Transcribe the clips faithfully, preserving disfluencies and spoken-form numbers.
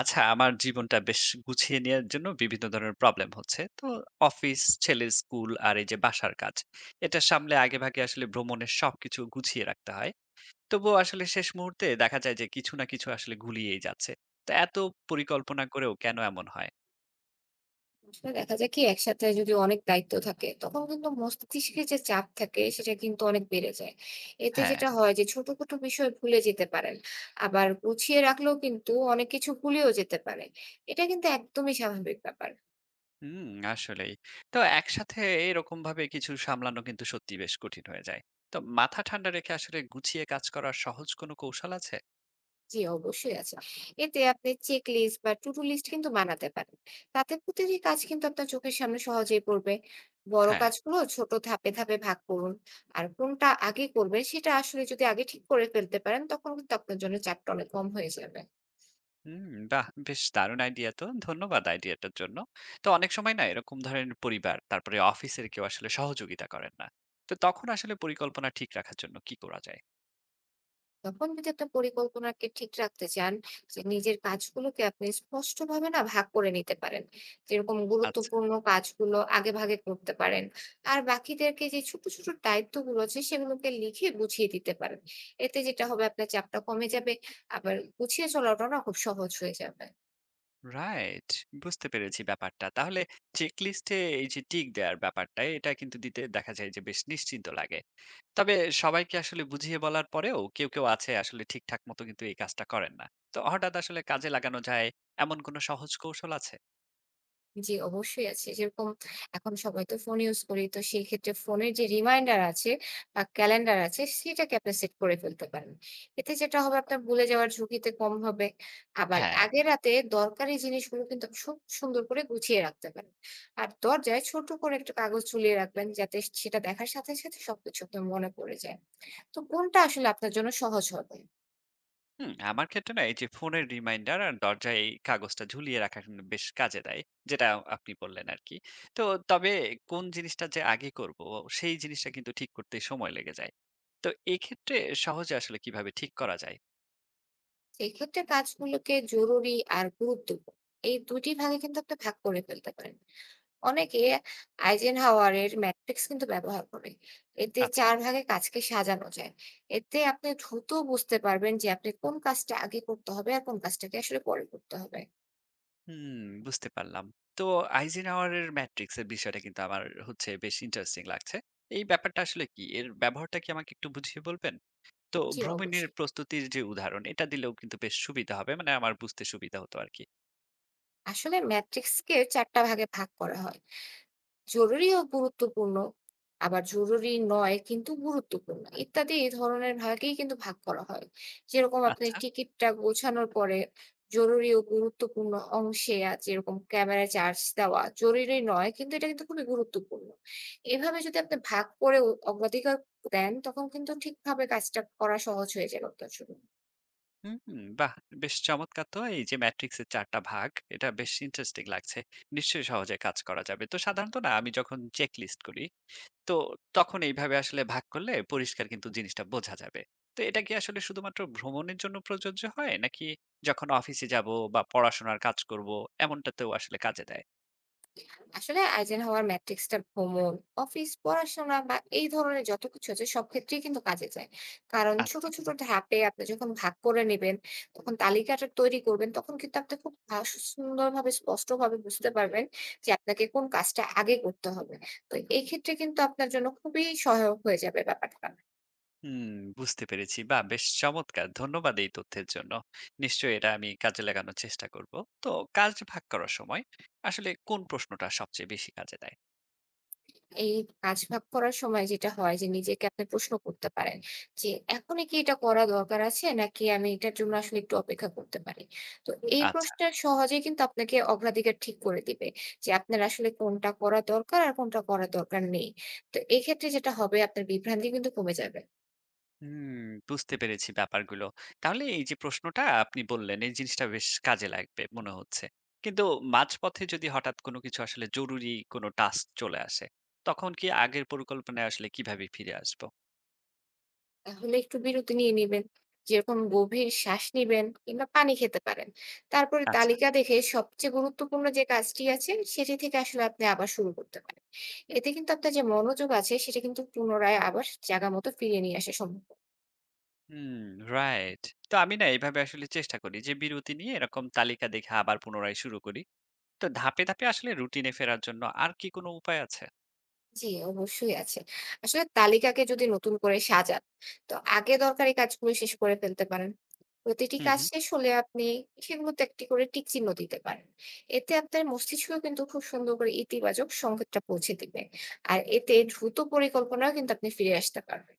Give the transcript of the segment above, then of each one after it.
আচ্ছা, আমার জীবনটা বেশ গুছিয়ে নেয়ার জন্য বিভিন্ন ধরনের প্রবলেম হচ্ছে। তো অফিস, ছেলের স্কুল আর এই যে বাসার কাজ। এটা সামলে আগেভাগে আসলে ভ্রমণের সবকিছু গুছিয়ে রাখতে হয়। তবুও আসলে শেষ মুহূর্তে দেখা যায় যে কিছু না কিছু আসলে গুলিয়েই যাচ্ছে। তো এত পরিকল্পনা করেও কেন এমন হয়? তো দেখা যায় কি একসাথে যদি অনেক দায়িত্ব থাকে তখন কিন্তু মস্তিষ্কে যে চাপ থাকে সেটা কিন্তু অনেক বেড়ে যায়। এতে হ্যাঁ। যেটা হয় যে ছোট ছোট বিষয় ভুলে যেতে পারেন। আবার গুছিয়ে রাখলেও কিন্তু অনেক কিছু ভুলেও যেতে পারে। এটা কিন্তু একদমই স্বাভাবিক ব্যাপার। হুম, আসলেই। তো একসাথে এরকমভাবে কিছু সামলানো কিন্তু সত্যিই বেশ কঠিন হয়ে যায়। তো মাথা ঠান্ডা রেখে আসলে গুছিয়ে কাজ করার সহজ কোনো কৌশল আছে? জি, অবশ্যই আছে। এতে আপনি চেক লিস্ট বা টু ডু লিস্ট কিন্তু বানাতে পারেন। তাতে প্রতিটি কাজ কিন্তু আপনার চোখের সামনে সহজেই পড়বে। বড় হ্যাঁ। কাজগুলো ছোট ধাপে, ধাপে ভাগ করুন। আর কোনটা আগে করবেন সেটা আসলে যদি আগে ঠিক করে ফেলতে পারেন তখন কিন্তু আপনার জন্য চাপটা অনেক কম হয়ে যাবে। হুম, বাহ! বেশ দারুণ আইডিয়া তো। ধন্যবাদ আইডিয়াটার জন্য। তো অনেক সময় না এরকম ধরেন পরিবার, তারপরে অফিসের কেউ আসলে সহযোগিতা করেন না। তো তখন আসলে পরিকল্পনা ঠিক রাখার জন্য কি করা যায়? তখন যদি একটা পরিকল্পনাকে ঠিক রাখতে চান, যে নিজের কাজগুলোকে আপনি স্পষ্টভাবে না ভাগ করে নিতে পারেন। যেরকম আচ্ছা। গুরুত্বপূর্ণ কাজগুলো আগেভাগে করতে পারেন। আর বাকিদেরকে যে ছোট, ছোট দায়িত্বগুলো আছে সেগুলোকে লিখে গুছিয়ে দিতে পারেন। এতে যেটা হবে আপনার চাপটা কমে যাবে। আবার গুছিয়ে চলাটাও না খুব সহজ হয়ে যাবে। রাইট। বুঝতে পেরেছি ব্যাপারটা। তাহলে চেকলিস্টে এই যে টিক দেয়ার ব্যাপারটা, এটা কিন্তু দিতে দেখা যায় যে বেশ নিশ্চিন্ত লাগে। তবে সবাইকে আসলে বুঝিয়ে বলার পরেও কেউ, কেউ আছে আসলে ঠিকঠাক মতো কিন্তু এই কাজটা করেন না। তো হঠাৎ আসলে কাজে লাগানো যায় এমন কোনো সহজ কৌশল আছে? জি, অবশ্যই আছে। যেরকম এখন সবাই তো ফোন ইউজ করি। তো সেই ক্ষেত্রে ফোনের যে রিমাইন্ডার আছে বা ক্যালেন্ডার আছে সেটাকে আপনি সেট করে ফেলতে পারেন। এতে যেটা হবে আপনার ভুলে যাওয়ার ঝুঁকিতে কম হবে। আবার হ্যাঁ। আগে রাতে দরকারি জিনিসগুলো কিন্তু আপনি খুব সুন্দর করে গুছিয়ে রাখতে পারেন। আর দরজায় ছোট করে একটা কাগজ ঝুলিয়ে রাখবেন যাতে সেটা দেখার সাথে, সাথে সবকিছু আপনার মনে পড়ে যায়। তো কোনটা আসলে আপনার জন্য সহজ হবে? হুম, আমার ক্ষেত্রে না এই যে ফোনের রিমাইন্ডার আর দরজায় এই কাগজটা ঝুলিয়ে রাখা কিন্তু বেশ কাজে দেয় যেটা আপনি বললেন আর কি। তো তবে কোন জিনিসটা যে আগে করব সেই জিনিসটা কিন্তু ঠিক করতে সময় লেগে যায়। তো এক্ষেত্রে সহজে আসলে কিভাবে ঠিক করা যায়? এক্ষেত্রে কাজগুলোকে জরুরি আর গুরুত্বপূর্ণ এই দুই টি ভাগে কিন্তু আপনি ভাগ করে ফেলতে পারেন। অনেকে আইজেনহাওয়ারের ম্যাট্রিক্স কিন্তু ব্যবহার করে। এতে আচ্ছা। চার ভাগে কাজকে সাজানো যায়। এতে আপনি দ্রুত বুঝতে পারবেন যে আপনি কোন কাজটা আগে করতে হবে আর কোন কাজটাকে আসলে পরে করতে হবে। হুম, বুঝতে পারলাম। তো আইজেনহাওয়ারের ম্যাট্রিক্স এর বিষয়টা কিন্তু আমার হচ্ছে বেশ ইন্টারেস্টিং লাগছে। এই ব্যাপারটা আসলে কি, এর ব্যবহারটা কি আমাকে একটু বুঝিয়ে বলবেন? তো জি, ভ্রমণের অবশ্যই। প্রস্তুতির যে উদাহরণ এটা দিলেও কিন্তু বেশ সুবিধা হবে, মানে আমার বুঝতে সুবিধা হতো আর কি। আসলে ম্যাট্রিক্সকে চার টা ভাগে ভাগ করা হয়। জরুরি ও গুরুত্বপূর্ণ, আবার জরুরি নয় কিন্তু গুরুত্বপূর্ণ ইত্যাদি এই ধরনের ভাগেই কিন্তু ভাগ করা হয়। যেরকম আপনি আচ্ছা। টিকিটটা গোছানোর পরে জরুরি ও গুরুত্বপূর্ণ অংশে আ যেরকম ক্যামেরায় চার্জ দেওয়া জরুরি নয় কিন্তু এটা কিন্তু খুবই গুরুত্বপূর্ণ। এভাবে যদি আপনি ভাগ করে অগ্রাধিকার দেন তখন কিন্তু ঠিকভাবে কাজটা করা সহজ হয়ে যাবে আপনার জন্য। হুম, বাহ! বেশ চমৎকার তো এই যে ম্যাট্রিক্সের চার টা ভাগ, এটা বেশ ইন্টারেস্টিং লাগছে। নিশ্চয়ই সহজে কাজ করা যাবে। তো সাধারণত না আমি যখন চেক লিস্ট করি, তো তখন এইভাবে আসলে ভাগ করলে পরিষ্কার কিন্তু জিনিসটা বোঝা যাবে। তো এটা কি আসলে শুধুমাত্র ভ্রমণের জন্য প্রযোজ্য হয়? নাকি যখন অফিসে যাব বা পড়াশোনার কাজ করব, এমনটাতেও আসলে কাজে দেয়? আসলে আইজেনহাওয়ার ম্যাট্রিক্সটা ভ্রমণ, অফিস, পড়াশোনা বা এই ধরনের যত কিছু আছে সব ক্ষেত্রেই কিন্তু কাজে যায়। কারণ ছোট, আচ্ছা। ছোট ধাপে আপনি যখন ভাগ করে নেবেন, তখন তালিকাটা তৈরি করবেন, তখন কিন্তু আপনি খুব আ সুন্দরভাবে স্পষ্টভাবে বুঝতে পারবেন যে আপনাকে কোন কাজটা আগে করতে হবে। তো এই ক্ষেত্রে কিন্তু আপনার জন্য খুবই সহায়ক হয়ে যাবে ব্যাপারটা। হুম, বুঝতে পেরেছি। বাহ! বেশ চমৎকার। ধন্যবাদ এই তথ্যের জন্য। নিশ্চয়ই এটা আমি কাজে লাগানোর চেষ্টা করব। তো কাজ ভাগ করার সময় আসলে কোন প্রশ্নটা সবচেয়ে বেশি কাজে দেয়? এই কাজ ভাগ করার সময় যেটা হয় যে নিজেকে আপনি প্রশ্ন করতে পারেন যে এখনই কি এটা করা দরকার আছে নাকি আমি এটার জন্য আসলে একটু অপেক্ষা করতে পারি। তো এই আচ্ছা। প্রশ্নটা সহজেই কিন্তু আপনাকে অগ্রাধিকার ঠিক করে দিবে যে আপনার আসলে কোনটা করা দরকার আর কোনটা করা দরকার নেই। তো এক্ষেত্রে যেটা হবে আপনার বিভ্রান্তি কিন্তু কমে যাবে। হুম, বুঝতে পেরেছি ব্যাপারগুলো। তাহলে এই যে প্রশ্নটা আপনি বললেন, এই জিনিসটা বেশ কাজে লাগবে মনে হচ্ছে। কিন্তু মাঝপথে যদি হঠাৎ কোনো কিছু আসলে জরুরি কোনো টাস্ক চলে আসে, তখন কি আগের পরিকল্পনায় আসলে কিভাবে ফিরে আসবো? তাহলে একটু বিরতি নিয়ে নিবেন। যেরকম গভীর শ্বাস নিবেন কিংবা পানি খেতে পারেন। তারপরে আচ্ছা। তালিকা দেখে সবচেয়ে গুরুত্বপূর্ণ যে কাজটি আছে সেটি থেকে আসলে আপনি আবার শুরু করতে পারেন। এতে কিন্তু আপনার যে মনোযোগ আছে সেটা কিন্তু পুনরায় আবার জায়গা মতো ফিরিয়ে নিয়ে আসা সম্ভব। হুম, রাইট। তো আমি না এভাবে আসলে চেষ্টা করি যে বিরতি নিয়ে এরকম তালিকা দেখে আবার পুনরায় শুরু করি। তো ধাপে, ধাপে আসলে রুটিনে ফেরার জন্য আর কি কোনো উপায় আছে? জি, অবশ্যই আছে। আসলে তালিকাকে যদি নতুন করে সাজান, তো আগে দরকারি কাজগুলো শেষ করে ফেলতে পারেন। প্রতিটি হুম, কাজ হুম, শেষ হলে আপনি সেগুলোতে একটি করে টিক চিহ্ন দিতে পারেন। এতে আপনার মস্তিষ্কও কিন্তু খুব সুন্দর করে ইতিবাচক সংকেতটা পৌঁছে দিবে। আর এতে দ্রুত পরিকল্পনাও কিন্তু আপনি ফিরে আসতে পারবেন।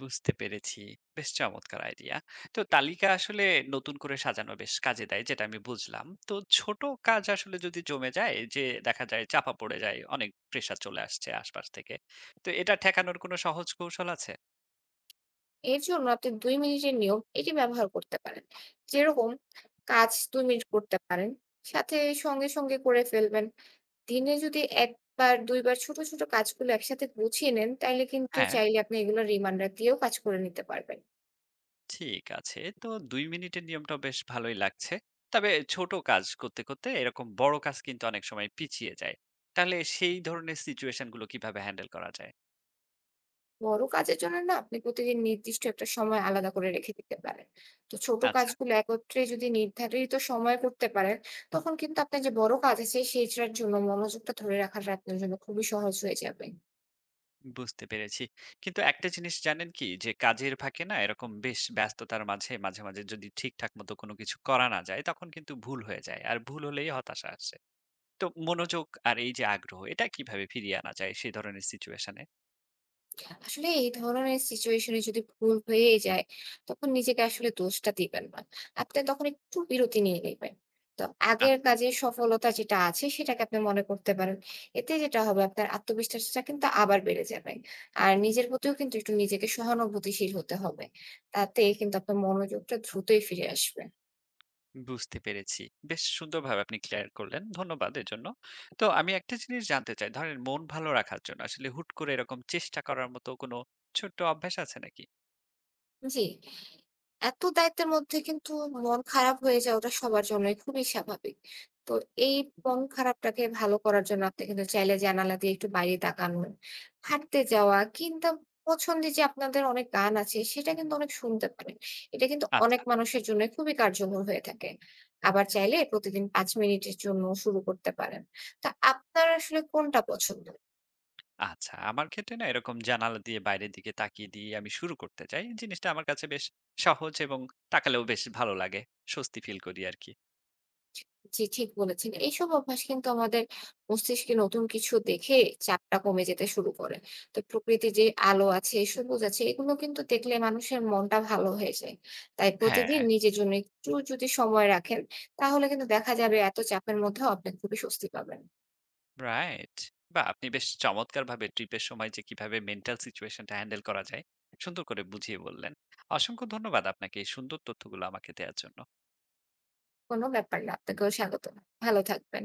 বুঝতে পেরেছি। বেশ চমৎকার আইডিয়া। তো তালিকা আসলে নতুন করে সাজানো বেশ কাজে দেয় যেটা আমি বুঝলাম। তো ছোট কাজ আসলে যদি জমে যায় যে দেখা যায় চাপা পড়ে যায়, অনেক প্রেশার চলে আসছে আশপাশ থেকে। তো এটা ঠেকানোর কোনো সহজ কৌশল আছে? এর জন্য আপনি দুই মিনিটের নিয়ম এটি ব্যবহার করতে পারেন। যেরকম কাজ দুই মিনিট করতে পারেন। সাথে সঙ্গে, সঙ্গে করে ফেলবেন। দিনে যদি এক বার দুই বার ছোট, ছোট কাজগুলো একসাথে গুছিয়ে নেন, তাইলে কিন্তু হ্যাঁ। চাইলে আপনি এগুলো রিমাইন্ডার দিয়েও কাজ করে নিতে পারবেন। ঠিক আছে। তো দুই মিনিটের নিয়মটা বেশ ভালোই লাগছে। তবে ছোট কাজ করতে, করতে এরকম বড় কাজ কিন্তু অনেক সময় পিছিয়ে যায়। তাহলে সেই ধরনের সিচুয়েশন গুলো কিভাবে হ্যান্ডেল করা যায়? বড় কাজের জন্য না আপনি প্রতিদিন নির্দিষ্ট একটা সময় আলাদা করে রেখে দিতে পারেন। তো ছোট আচ্ছা, কাজগুলো একত্রে যদি নির্ধারিত সময়ে করতে পারেন, তখন কিন্তু আপনার যে বড় কাজ আছে সেইটার জন্য মনোযোগটা ধরে রাখাটা আপনার জন্য খুবই সহজ হয়ে যাবে। বুঝতে পেরেছি। কিন্তু একটা জিনিস জানেন কি? যে কাজের ফাঁকে না এরকম বেশ ব্যস্ততার মাঝে, মাঝে, মাঝে যদি ঠিকঠাক মতো কোনো কিছু করা না যায় তখন কিন্তু ভুল হয়ে যায়। আর ভুল হলেই হতাশা আসে। তো মনোযোগ আর এই যে আগ্রহ এটা কিভাবে ফিরিয়ে আনা যায় সেই ধরনের সিচুয়েশন এ? আসলে এই ধরনের সিচুয়েশনে যদি ভুল হয়ে যায় তখন নিজেকে আসলে দোষটা দিবেন না। আপনি তখন একটু বিরতি নিয়ে নিবেন। তো আগের কাজের সফলতা যেটা আছে সেটাকে আপনি মনে করতে পারেন। এতে যেটা হবে আপনার আত্মবিশ্বাসটা কিন্তু আবার বেড়ে যাবে। আর নিজের প্রতিও কিন্তু একটু নিজেকে সহানুভূতিশীল হতে হবে। তাতে কিন্তু আপনার মনোযোগটা দ্রুতই ফিরে আসবে। বুঝতে পেরেছি। বেশ সুন্দরভাবে আপনি ক্লিয়ার করলেন। ধন্যবাদ এজন্য। তো আমি একটা জিনিস জানতে চাই। ধরেন মন ভালো রাখার জন্য আসলে হুট করে এরকম চেষ্টা করার মতো কোনো ছোট্ট অভ্যাস আছে নাকি? জি। এত দায়িত্বের মধ্যে কিন্তু মন খারাপ হয়ে যাওয়াটা সবার জন্যই খুবই স্বাভাবিক। তো এই মন খারাপটাকে ভালো করার জন্য আপনি কিন্তু চাইলে জানালা দিয়ে একটু বাইরে তাকানো, হাঁটতে যাওয়া কিংবা পছন্দের যে আপনাদের অনেক গান আছে সেটা কিন্তু অনেক শুনতে পারেন। এটা কিন্তু আচ্ছা, অনেক মানুষের জন্যই খুবই কার্যকর হয়ে থাকে। আবার চাইলে প্রতিদিন পাঁচ মিনিটের জন্য শুরু করতে পারেন। তা আপনার আসলে কোনটা পছন্দ? আচ্ছা। আমার ক্ষেত্রে না এরকম জানালা দিয়ে বাইরের দিকে তাকিয়ে দিয়ে আমি শুরু করতে চাই। জিনিসটা আমার কাছে বেশ সহজ এবং তাকালেও বেশ ভালো লাগে। স্বস্তি ফিল করি আরকি। জি, ঠিক বলেছেন। এইসব অভ্যাস কিন্তু আমাদের মস্তিষ্কে নতুন কিছু দেখে চাপটা কমে যেতে শুরু করে। তো প্রকৃতির যে আলো আছে, সবুজ আছে এগুলো কিন্তু দেখলে মানুষের মনটা ভালো হয়ে যায়। তাই প্রতিদিন হ্যাঁ। নিজের জন্য একটু যদি সময় রাখেন, তাহলে কিন্তু দেখা যাবে এত চাপের মধ্যেও আপনি খুবই স্বস্তি পাবেন। রাইট। বাহ! আপনি বেশ চমৎকারভাবে ট্রিপের সময় যে কিভাবে মেন্টাল সিচুয়েশনটা হ্যান্ডেল করা যায়, সুন্দর করে বুঝিয়ে বললেন। অসংখ্য ধন্যবাদ আপনাকে এই সুন্দর তথ্যগুলো আমাকে দেয়ার জন্য। কোনো ব্যাপার না। আপনাকেও স্বাগতম। ভালো থাকবেন।